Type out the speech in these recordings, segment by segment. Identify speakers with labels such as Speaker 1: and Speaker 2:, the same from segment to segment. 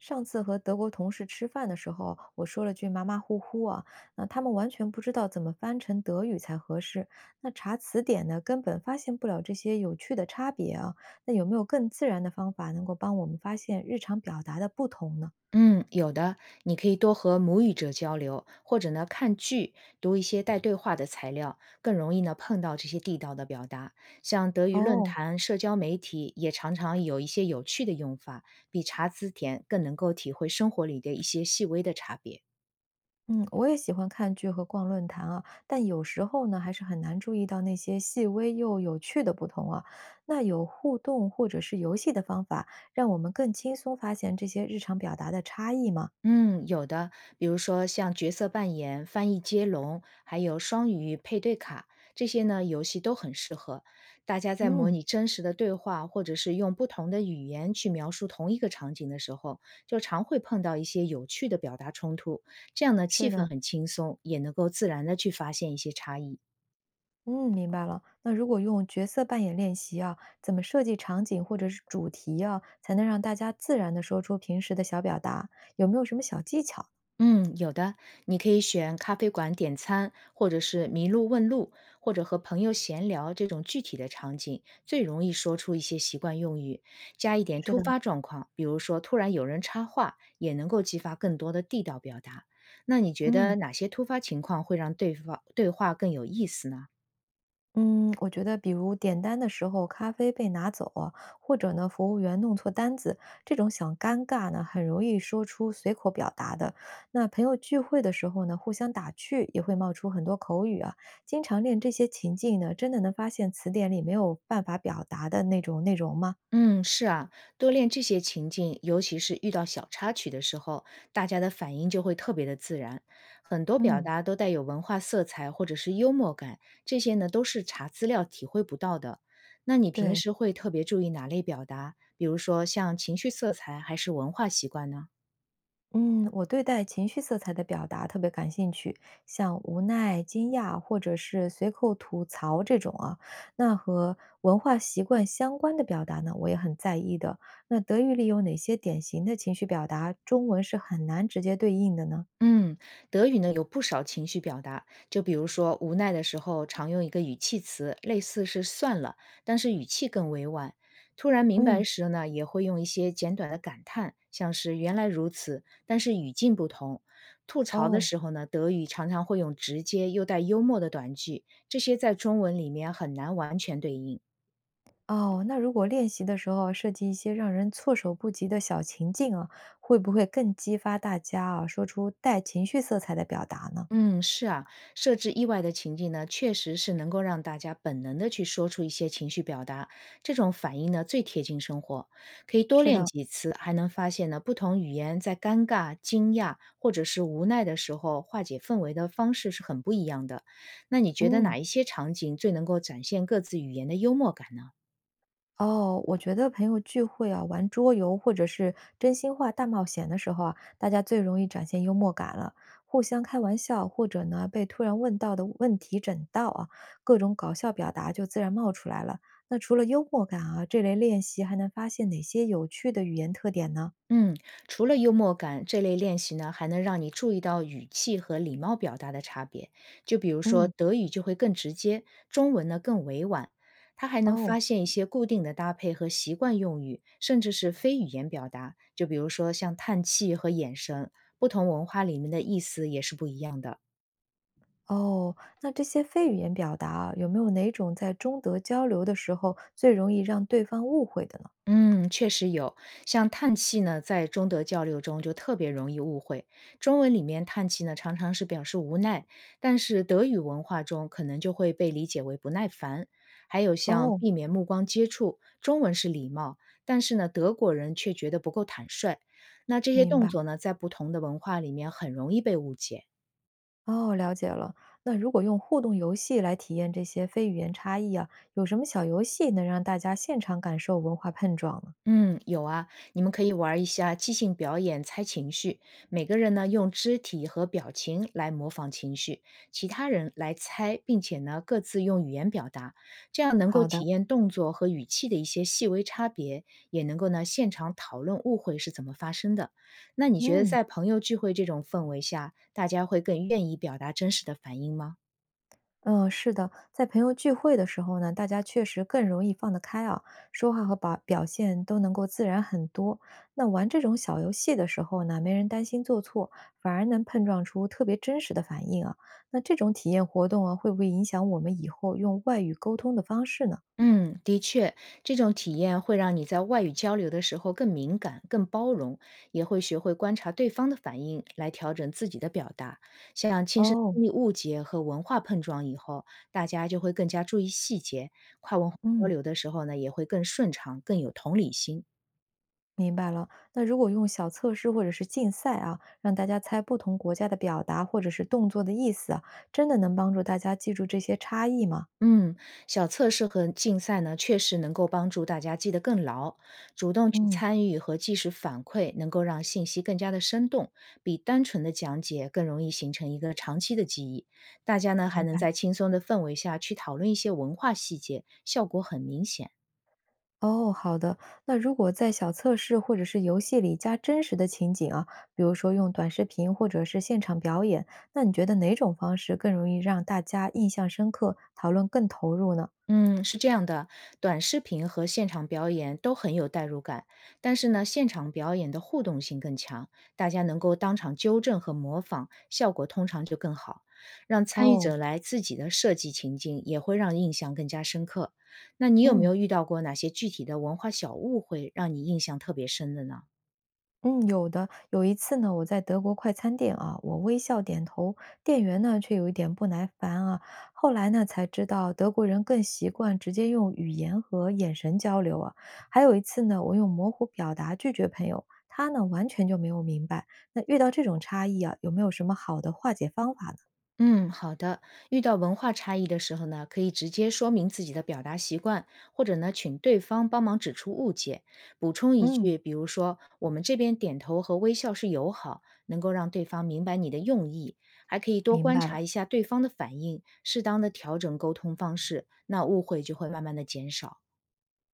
Speaker 1: 上次和德国同事吃饭的时候，我说了句马马虎虎啊，那他们完全不知道怎么翻成德语才合适。那查词典呢，根本发现不了这些有趣的差别啊。那有没有更自然的方法能够帮我们发现日常表达的不同呢？
Speaker 2: 嗯，有的，你可以多和母语者交流，或者呢看剧，读一些带对话的材料，更容易呢碰到这些地道的表达。像德语论
Speaker 1: 哦，
Speaker 2: 坛、社交媒体也常常有一些有趣的用法，比查词典更能够体会生活里的一些细微的差别。
Speaker 1: 嗯，我也喜欢看剧和逛论坛啊，但有时候呢，还是很难注意到那些细微又有趣的不同啊。那有互动或者是游戏的方法，让我们更轻松发现这些日常表达的差异吗？
Speaker 2: 嗯，有的，比如说像角色扮演、翻译接龙，还有双语配对卡，这些呢游戏都很适合。大家在模
Speaker 1: 嗯。
Speaker 2: 拟真实的对话，或者是用不同的语言去描述同一个场景的时候，就常会碰到一些有趣的表达冲突。这样呢，
Speaker 1: 是
Speaker 2: 气氛
Speaker 1: 的，
Speaker 2: 很轻松，也能够自然的去发现一些差异。
Speaker 1: 嗯，明白了。那如果用角色扮演练习啊，怎么设计场景或者是主题啊，才能让大家自然的说出平时的小表达？有没有什么小技巧？
Speaker 2: 嗯，有的，你可以选咖啡馆点餐，或者是迷路问路，或者和朋友闲聊这种具体的场景，最容易说出一些习惯用语，加一点
Speaker 1: 是
Speaker 2: 突
Speaker 1: 的，
Speaker 2: 发状况，比如说突然有人插话，也能够激发更多的地道表达。那你觉
Speaker 1: 嗯。
Speaker 2: 得哪些突发情况会让对话更有意思呢？
Speaker 1: 嗯，我觉得比如点单的时候咖啡被拿走啊或者呢服务员弄错单子，这种小尴尬呢，很容易说出随口表达的。那朋友聚会的时候呢，互相打趣也会冒出很多口语啊。经常练这些情境呢，真的能发现词典里没有办法表达的那种内容吗？
Speaker 2: 嗯，是啊，多练这些情境，尤其是遇到小插曲的时候，大家的反应就会特别的自然。很多表
Speaker 1: 嗯，
Speaker 2: 达都带有文化色彩或者是幽默感，这些呢都是查资料体会不到的。那你平
Speaker 1: 对。
Speaker 2: 时会特别注意哪类表达？比如说像情绪色彩还是文化习惯呢？
Speaker 1: 嗯，我对待情绪色彩的表达特别感兴趣，像无奈、惊讶或者是随口吐槽这种啊，那和文化习惯相关的表达呢，我也很在意的。那德语里有哪些典型的情绪表达，中文是很难直接对应的呢？
Speaker 2: 嗯，德语呢有不少情绪表达，就比如说无奈的时候，常用一个语气词，类似是“算了”，但是语气更委婉。突然明
Speaker 1: 嗯，
Speaker 2: 白时呢，也会用一些简短的感叹，像是“原来如此”，但是语境不同。吐槽的
Speaker 1: 哦
Speaker 2: 时候呢，德语常常会用直接又带幽默的短句，这些在中文里面很难完全对应。
Speaker 1: 哦，那如果练习的时候设计一些让人措手不及的小情境啊，会不会更激发大家啊说出带情绪色彩的表达呢？
Speaker 2: 嗯，是啊，设置意外的情境呢，确实是能够让大家本能的去说出一些情绪表达，这种反应呢最贴近生活，可以多
Speaker 1: 是
Speaker 2: 练
Speaker 1: 的，
Speaker 2: 几次，还能发现呢不同语言在尴尬、惊讶或者是无奈的时候化解氛围的方式是很不一样的。那你觉得
Speaker 1: 嗯。
Speaker 2: 哪一些场景最能够展现各自语言的幽默感呢？
Speaker 1: 哦，我觉得朋友聚会啊，玩桌游或者是真心话大冒险的时候啊，大家最容易展现幽默感了，互相开玩笑，或者呢被突然问到的问题整到啊，各种搞笑表达就自然冒出来了。那除了幽默感啊，这类练习还能发现哪些有趣的语言特点呢？
Speaker 2: 嗯，除了幽默感，这类练习呢，还能让你注意到语气和礼貌表达的差别。就比如说，
Speaker 1: 嗯，
Speaker 2: 德语就会更直接，中文呢更委婉。它还能发
Speaker 1: 哦
Speaker 2: 现一些固定的搭配和习惯用语，甚至是非语言表达。就比如说像叹气和眼神，不同文化里面的意思也是不一样的。
Speaker 1: 哦，那这些非语言表达啊，有没有哪种在中德交流的时候最容易让对方误会的呢？
Speaker 2: 嗯，确实有，像叹气呢，在中德交流中就特别容易误会。中文里面叹气呢，常常是表示无奈，但是德语文化中可能就会被理解为不耐烦。还有像
Speaker 1: 哦，
Speaker 2: 避免目光接触，中文是礼貌，但是呢，德国人却觉得不够坦率。那这些
Speaker 1: 明
Speaker 2: 动
Speaker 1: 白。
Speaker 2: 作呢，在不同的文化里面很容易被误解。
Speaker 1: 哦，了解了。那如果用互动游戏来体验这些非语言差异啊，有什么小游戏能让大家现场感受文化碰撞呢？
Speaker 2: 嗯，有啊，你们可以玩一下即兴表演猜情绪，每个人呢用肢体和表情来模仿情绪，其他人来猜，并且呢各自用语言表达，这样能够
Speaker 1: 好的，
Speaker 2: 体验动作和语气的一些细微差别，也能够呢现场讨论误会是怎么发生的。那你觉得
Speaker 1: 嗯
Speaker 2: 在朋友聚会这种氛围下，大家会更愿意表达真实的反应吗？
Speaker 1: 嗯，是的，在朋友聚会的时候呢，大家确实更容易放得开啊，说话和表现都能够自然很多。那玩这种小游戏的时候呢，没人担心做错，反而能碰撞出特别真实的反应啊。那这种体验活动啊，会不会影响我们以后用外语沟通的方式呢？
Speaker 2: 嗯，的确，这种体验会让你在外语交流的时候更敏感、更包容，也会学会观察对方的反应来调整自己的表达。像亲身
Speaker 1: 哦，
Speaker 2: 经历误解和文化碰撞以后，大家就会更加注意细节，跨文化交
Speaker 1: 嗯。
Speaker 2: 流的时候呢，也会更顺畅、更有同理心。
Speaker 1: 明白了。那如果用小测试或者是竞赛啊，让大家猜不同国家的表达或者是动作的意思啊，真的能帮助大家记住这些差异吗？
Speaker 2: 嗯，小测试和竞赛呢，确实能够帮助大家记得更牢。主动去
Speaker 1: 嗯，
Speaker 2: 参与和及时反馈，能够让信息更加的生动，比单纯的讲解更容易形成一个长期的记忆。大家呢，还
Speaker 1: 明
Speaker 2: 能
Speaker 1: 白。
Speaker 2: 在轻松的氛围下去讨论一些文化细节，效果很明显。
Speaker 1: 哦，好的。那如果在小测试或者是游戏里加真实的情景啊，比如说用短视频或者是现场表演，那你觉得哪种方式更容易让大家印象深刻，讨论更投入呢？
Speaker 2: 嗯，是这样的，短视频和现场表演都很有代入感，但是呢，现场表演的互动性更强，大家能够当场纠正和模仿，效果通常就更好。让参与
Speaker 1: 哦，
Speaker 2: 者来自己的设计情境，也会让印象更加深刻。那你有没
Speaker 1: 嗯。
Speaker 2: 有遇到过哪些具体的文化小误会，让你印象特别深的呢？
Speaker 1: 嗯，有的。有一次呢，我在德国快餐店啊，我微笑点头，店员呢却有一点不耐烦啊。后来呢才知道，德国人更习惯直接用语言和眼神交流啊。还有一次呢，我用模糊表达拒绝朋友，他呢完全就没有明白。那遇到这种差异啊，有没有什么好的化解方法呢？
Speaker 2: 嗯，好的。遇到文化差异的时候呢，可以直接说明自己的表达习惯，或者呢，请对方帮忙指出误解，补充一
Speaker 1: 嗯，
Speaker 2: 句，比如说我们这边点头和微笑是友好，能够让对方明白你的用意。还可以多
Speaker 1: 明
Speaker 2: 观
Speaker 1: 白了。
Speaker 2: 察一下对方的反应，适当的调整沟通方式，那误会就会慢慢的减少。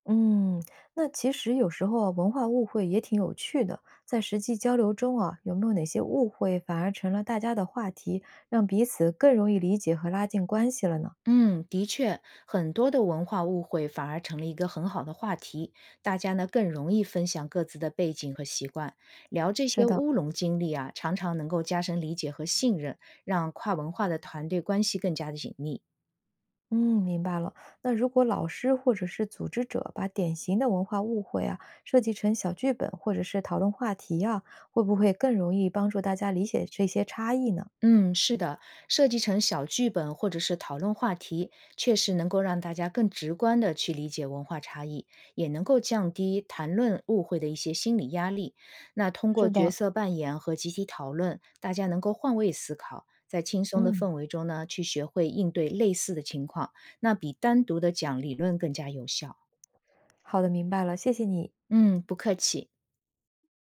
Speaker 1: 嗯，那其实有时候啊文化误会也挺有趣的。在实际交流中啊，有没有哪些误会反而成了大家的话题，让彼此更容易理解和拉近关系了呢？
Speaker 2: 嗯，的确，很多的文化误会反而成了一个很好的话题，大家呢更容易分享各自的背景和习惯，聊这
Speaker 1: 是
Speaker 2: 些
Speaker 1: 的，
Speaker 2: 乌龙经历啊，常常能够加深理解和信任，让跨文化的团队关系更加的紧密。
Speaker 1: 嗯，明白了。那如果老师或者是组织者把典型的文化误会啊，设计成小剧本或者是讨论话题啊，会不会更容易帮助大家理解这些差异呢？
Speaker 2: 嗯，是的，设计成小剧本或者是讨论话题，确实能够让大家更直观的去理解文化差异，也能够降低谈论误会的一些心理压力。那通过
Speaker 1: 是
Speaker 2: 角
Speaker 1: 的，
Speaker 2: 色扮演和集体讨论，大家能够换位思考，在轻松的
Speaker 1: 嗯，
Speaker 2: 氛围中呢，去学会应对类似的情况，那比单独的讲理论更加有效。
Speaker 1: 好的，明白了，谢谢你。
Speaker 2: 嗯，不客气。